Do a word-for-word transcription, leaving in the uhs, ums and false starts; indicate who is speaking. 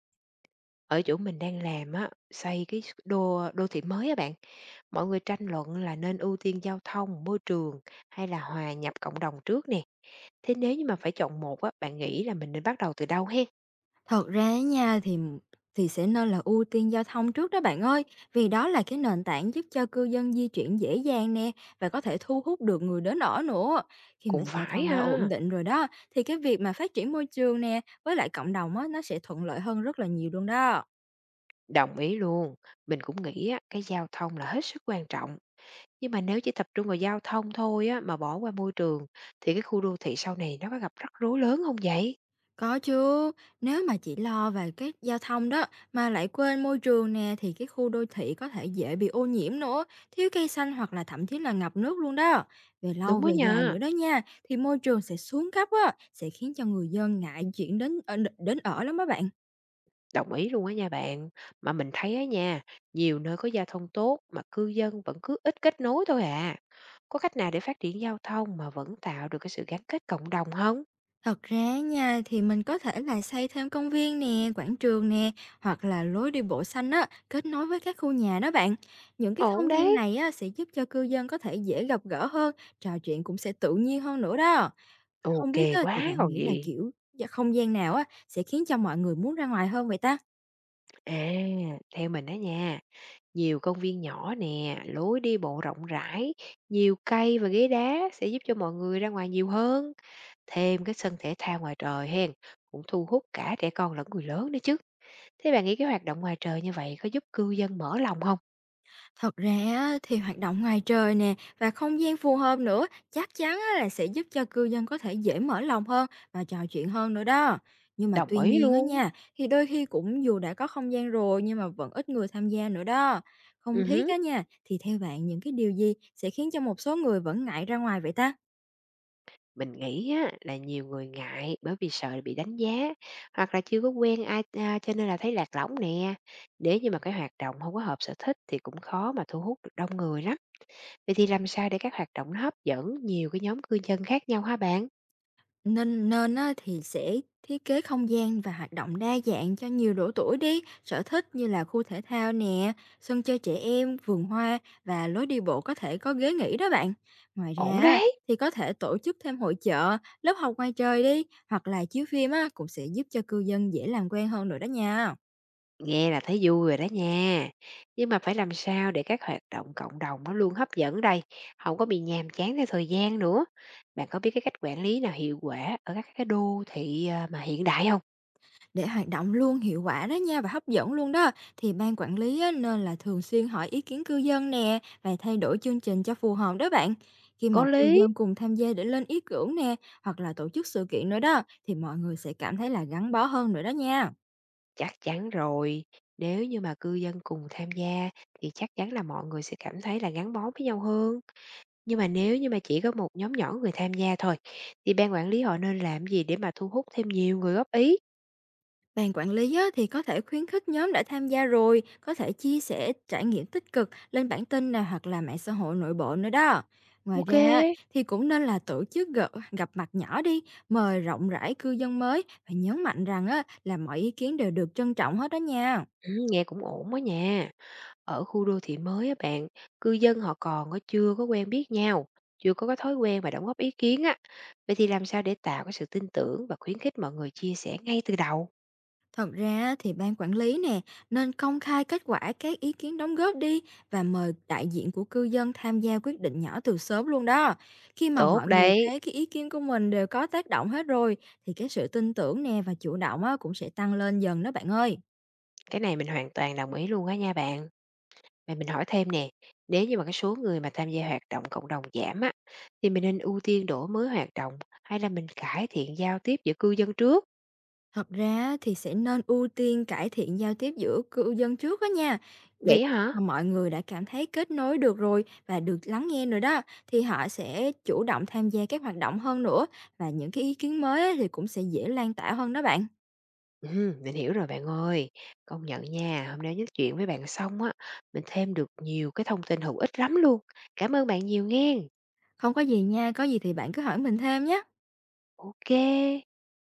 Speaker 1: Ở chỗ mình đang làm á, xây cái s đô đô thị mới á bạn, mọi người tranh luận là nên ưu tiên giao thông, môi trường hay là hòa nhập cộng đồng trước nè. Thế nếu như mà phải chọn một á, bạn nghĩ là mình nên bắt đầu từ đâu hen?
Speaker 2: Thật ra á nha thì thì sẽ nên là ưu tiên giao thông trước đó bạn ơi, vì đó là cái nền tảng giúp cho cư dân di chuyển dễ dàng nè và có thể thu hút được người đến ở nữa. Khi mà
Speaker 1: Cũng
Speaker 2: giao
Speaker 1: phải
Speaker 2: thông đã ổn
Speaker 1: ha.
Speaker 2: định rồi đó thì cái việc mà phát triển môi trường nè với lại cộng đồng á nó sẽ thuận lợi hơn rất là nhiều luôn đó.
Speaker 1: Đồng ý luôn. Mình cũng nghĩ á, cái giao thông là hết sức quan trọng. Nhưng mà nếu chỉ tập trung vào giao thông thôi á, mà bỏ qua môi trường thì cái khu đô thị sau này nó có gặp rắc rối lớn không vậy?
Speaker 2: Có chứ, nếu mà chỉ lo về cái giao thông đó mà lại quên môi trường nè thì cái khu đô thị có thể dễ bị ô nhiễm nữa, thiếu cây xanh hoặc là thậm chí là ngập nước luôn đó. Về lâu
Speaker 1: Đúng đó
Speaker 2: về dài
Speaker 1: nha.
Speaker 2: nữa đó nha, thì môi trường sẽ xuống cấp á, sẽ khiến cho người dân ngại chuyển đến ở- đến ở lắm đó bạn.
Speaker 1: Đồng ý luôn á nha bạn. Mà mình thấy á nha, nhiều nơi có giao thông tốt mà cư dân vẫn cứ ít kết nối thôi à. Có cách nào để phát triển giao thông mà vẫn tạo được cái sự gắn kết cộng đồng không?
Speaker 2: Thật ra nha thì mình có thể là xây thêm công viên nè, quảng trường nè hoặc là lối đi bộ xanh á kết nối với các khu nhà đó bạn. Những cái
Speaker 1: Ổn
Speaker 2: không gian
Speaker 1: đấy.
Speaker 2: này á sẽ giúp cho cư dân có thể dễ gặp gỡ hơn, trò chuyện cũng sẽ tự nhiên hơn nữa đó. Không
Speaker 1: Ok
Speaker 2: biết á, thì
Speaker 1: quá
Speaker 2: bạn
Speaker 1: còn
Speaker 2: nghĩ là
Speaker 1: gì.
Speaker 2: kiểu dạ, không gian nào á sẽ khiến cho mọi người muốn ra ngoài hơn vậy ta?
Speaker 1: À, theo mình đó nha, nhiều công viên nhỏ nè, lối đi bộ rộng rãi, nhiều cây và ghế đá sẽ giúp cho mọi người ra ngoài nhiều hơn. Thêm cái sân thể thao ngoài trời hen, cũng thu hút cả trẻ con lẫn người lớn nữa chứ. Thế bạn nghĩ cái hoạt động ngoài trời như vậy có giúp cư dân mở lòng không?
Speaker 2: Thật ra á, thì hoạt động ngoài trời nè và không gian phù hợp nữa chắc chắn á, là sẽ giúp cho cư dân có thể dễ mở lòng hơn và trò chuyện hơn nữa đó. Nhưng mà
Speaker 1: Đồng
Speaker 2: tuy
Speaker 1: ý
Speaker 2: nhiên á
Speaker 1: luôn.
Speaker 2: nha, thì đôi khi cũng dù đã có không gian rồi nhưng mà vẫn ít người tham gia nữa đó. Không
Speaker 1: Ừm
Speaker 2: thiết
Speaker 1: hứm.
Speaker 2: á nha, thì theo bạn những cái điều gì sẽ khiến cho một số người vẫn ngại ra ngoài vậy ta?
Speaker 1: Mình nghĩ á là nhiều người ngại bởi vì sợ bị đánh giá, hoặc là chưa có quen ai, a, cho nên là thấy lạc lõng nè. Nếu như mà cái hoạt động không có hợp sở thích thì cũng khó mà thu hút được đông người lắm. Vậy thì làm sao để các hoạt động nó hấp dẫn nhiều cái nhóm cư dân khác nhau hả bạn?
Speaker 2: Nên nên á thì sẽ thiết kế không gian và hoạt động đa dạng cho nhiều độ tuổi đi, sở thích như là khu thể thao nè, sân chơi trẻ em, vườn hoa và lối đi bộ có thể có ghế nghỉ đó bạn. Ngoài ra
Speaker 1: Ổn
Speaker 2: á,
Speaker 1: đấy!
Speaker 2: thì có thể tổ chức thêm hội chợ, lớp học ngoài trời đi, hoặc là chiếu phim á cũng sẽ giúp cho cư dân dễ làm quen hơn nữa đó nha.
Speaker 1: Nghe là thấy vui rồi đó nha. Nhưng mà phải làm sao để các hoạt động cộng đồng nó luôn hấp dẫn đây, không có bị nhàm chán theo thời gian nữa. Bạn có biết cái cách quản lý nào hiệu quả ở các cái đô thị à, mà hiện đại không?
Speaker 2: Để hoạt động luôn hiệu quả đó nha và hấp dẫn luôn đó, thì ban quản lý á, nên là thường xuyên hỏi ý kiến cư dân nè và thay đổi chương trình cho phù hợp đó bạn. Khi mà
Speaker 1: Có
Speaker 2: cư
Speaker 1: lý.
Speaker 2: dân cùng tham gia để lên ý tưởng nè hoặc là tổ chức sự kiện nữa đó, thì mọi người sẽ cảm thấy là gắn bó hơn nữa đó nha.
Speaker 1: Chắc chắn rồi. Nếu như mà cư dân cùng tham gia thì chắc chắn là mọi người sẽ cảm thấy là gắn bó với nhau hơn. Nhưng mà nếu như mà chỉ có một nhóm nhỏ người tham gia thôi thì ban quản lý họ nên làm gì để mà thu hút thêm nhiều người góp ý?
Speaker 2: Ban quản lý á, thì có thể khuyến khích nhóm đã tham gia rồi, có thể chia sẻ trải nghiệm tích cực lên bản tin nào hoặc là mạng xã hội nội bộ nữa đó. Ngoài
Speaker 1: Ok.
Speaker 2: ra á, thì cũng nên là tổ chức gặp, gặp mặt nhỏ đi, mời rộng rãi cư dân mới và nhấn mạnh rằng á, là mọi ý kiến đều được trân trọng hết đó nha.
Speaker 1: Ừ, nghe cũng ổn đó nha. Ở khu đô thị mới á bạn, cư dân họ còn có chưa có quen biết nhau, chưa có cái thói quen và đóng góp ý kiến á, vậy thì làm sao để tạo cái sự tin tưởng và khuyến khích mọi người chia sẻ ngay từ đầu?
Speaker 2: Thật ra á, thì ban quản lý nè nên công khai kết quả các ý kiến đóng góp đi và mời đại diện của cư dân tham gia quyết định nhỏ từ sớm luôn đó. Khi mà
Speaker 1: Tốt
Speaker 2: mọi người
Speaker 1: đấy.
Speaker 2: thấy cái ý kiến của mình đều có tác động hết rồi, thì cái sự tin tưởng nè và chủ động á, cũng sẽ tăng lên dần đó bạn ơi.
Speaker 1: Cái này mình hoàn toàn đồng ý luôn á nha bạn. Vậy mình hỏi thêm nè, nếu như mà cái số người mà tham gia hoạt động cộng đồng giảm á thì mình nên ưu tiên đổi mới hoạt động hay là mình cải thiện giao tiếp giữa cư dân trước?
Speaker 2: Thật ra thì sẽ nên ưu tiên cải thiện giao tiếp giữa cư dân trước đó nha. Vì
Speaker 1: Vậy hả?
Speaker 2: mà mọi người đã cảm thấy kết nối được rồi và được lắng nghe rồi đó, thì họ sẽ chủ động tham gia các hoạt động hơn nữa và những cái ý kiến mới á thì cũng sẽ dễ lan tỏa hơn đó bạn.
Speaker 1: Ừm, mình hiểu rồi bạn ơi. Công nhận nha, hôm nay nói chuyện với bạn xong á, mình thêm được nhiều cái thông tin hữu ích lắm luôn. Cảm ơn bạn nhiều nghen.
Speaker 2: Không có gì nha, có gì thì bạn cứ hỏi mình thêm nhé.
Speaker 1: Ok.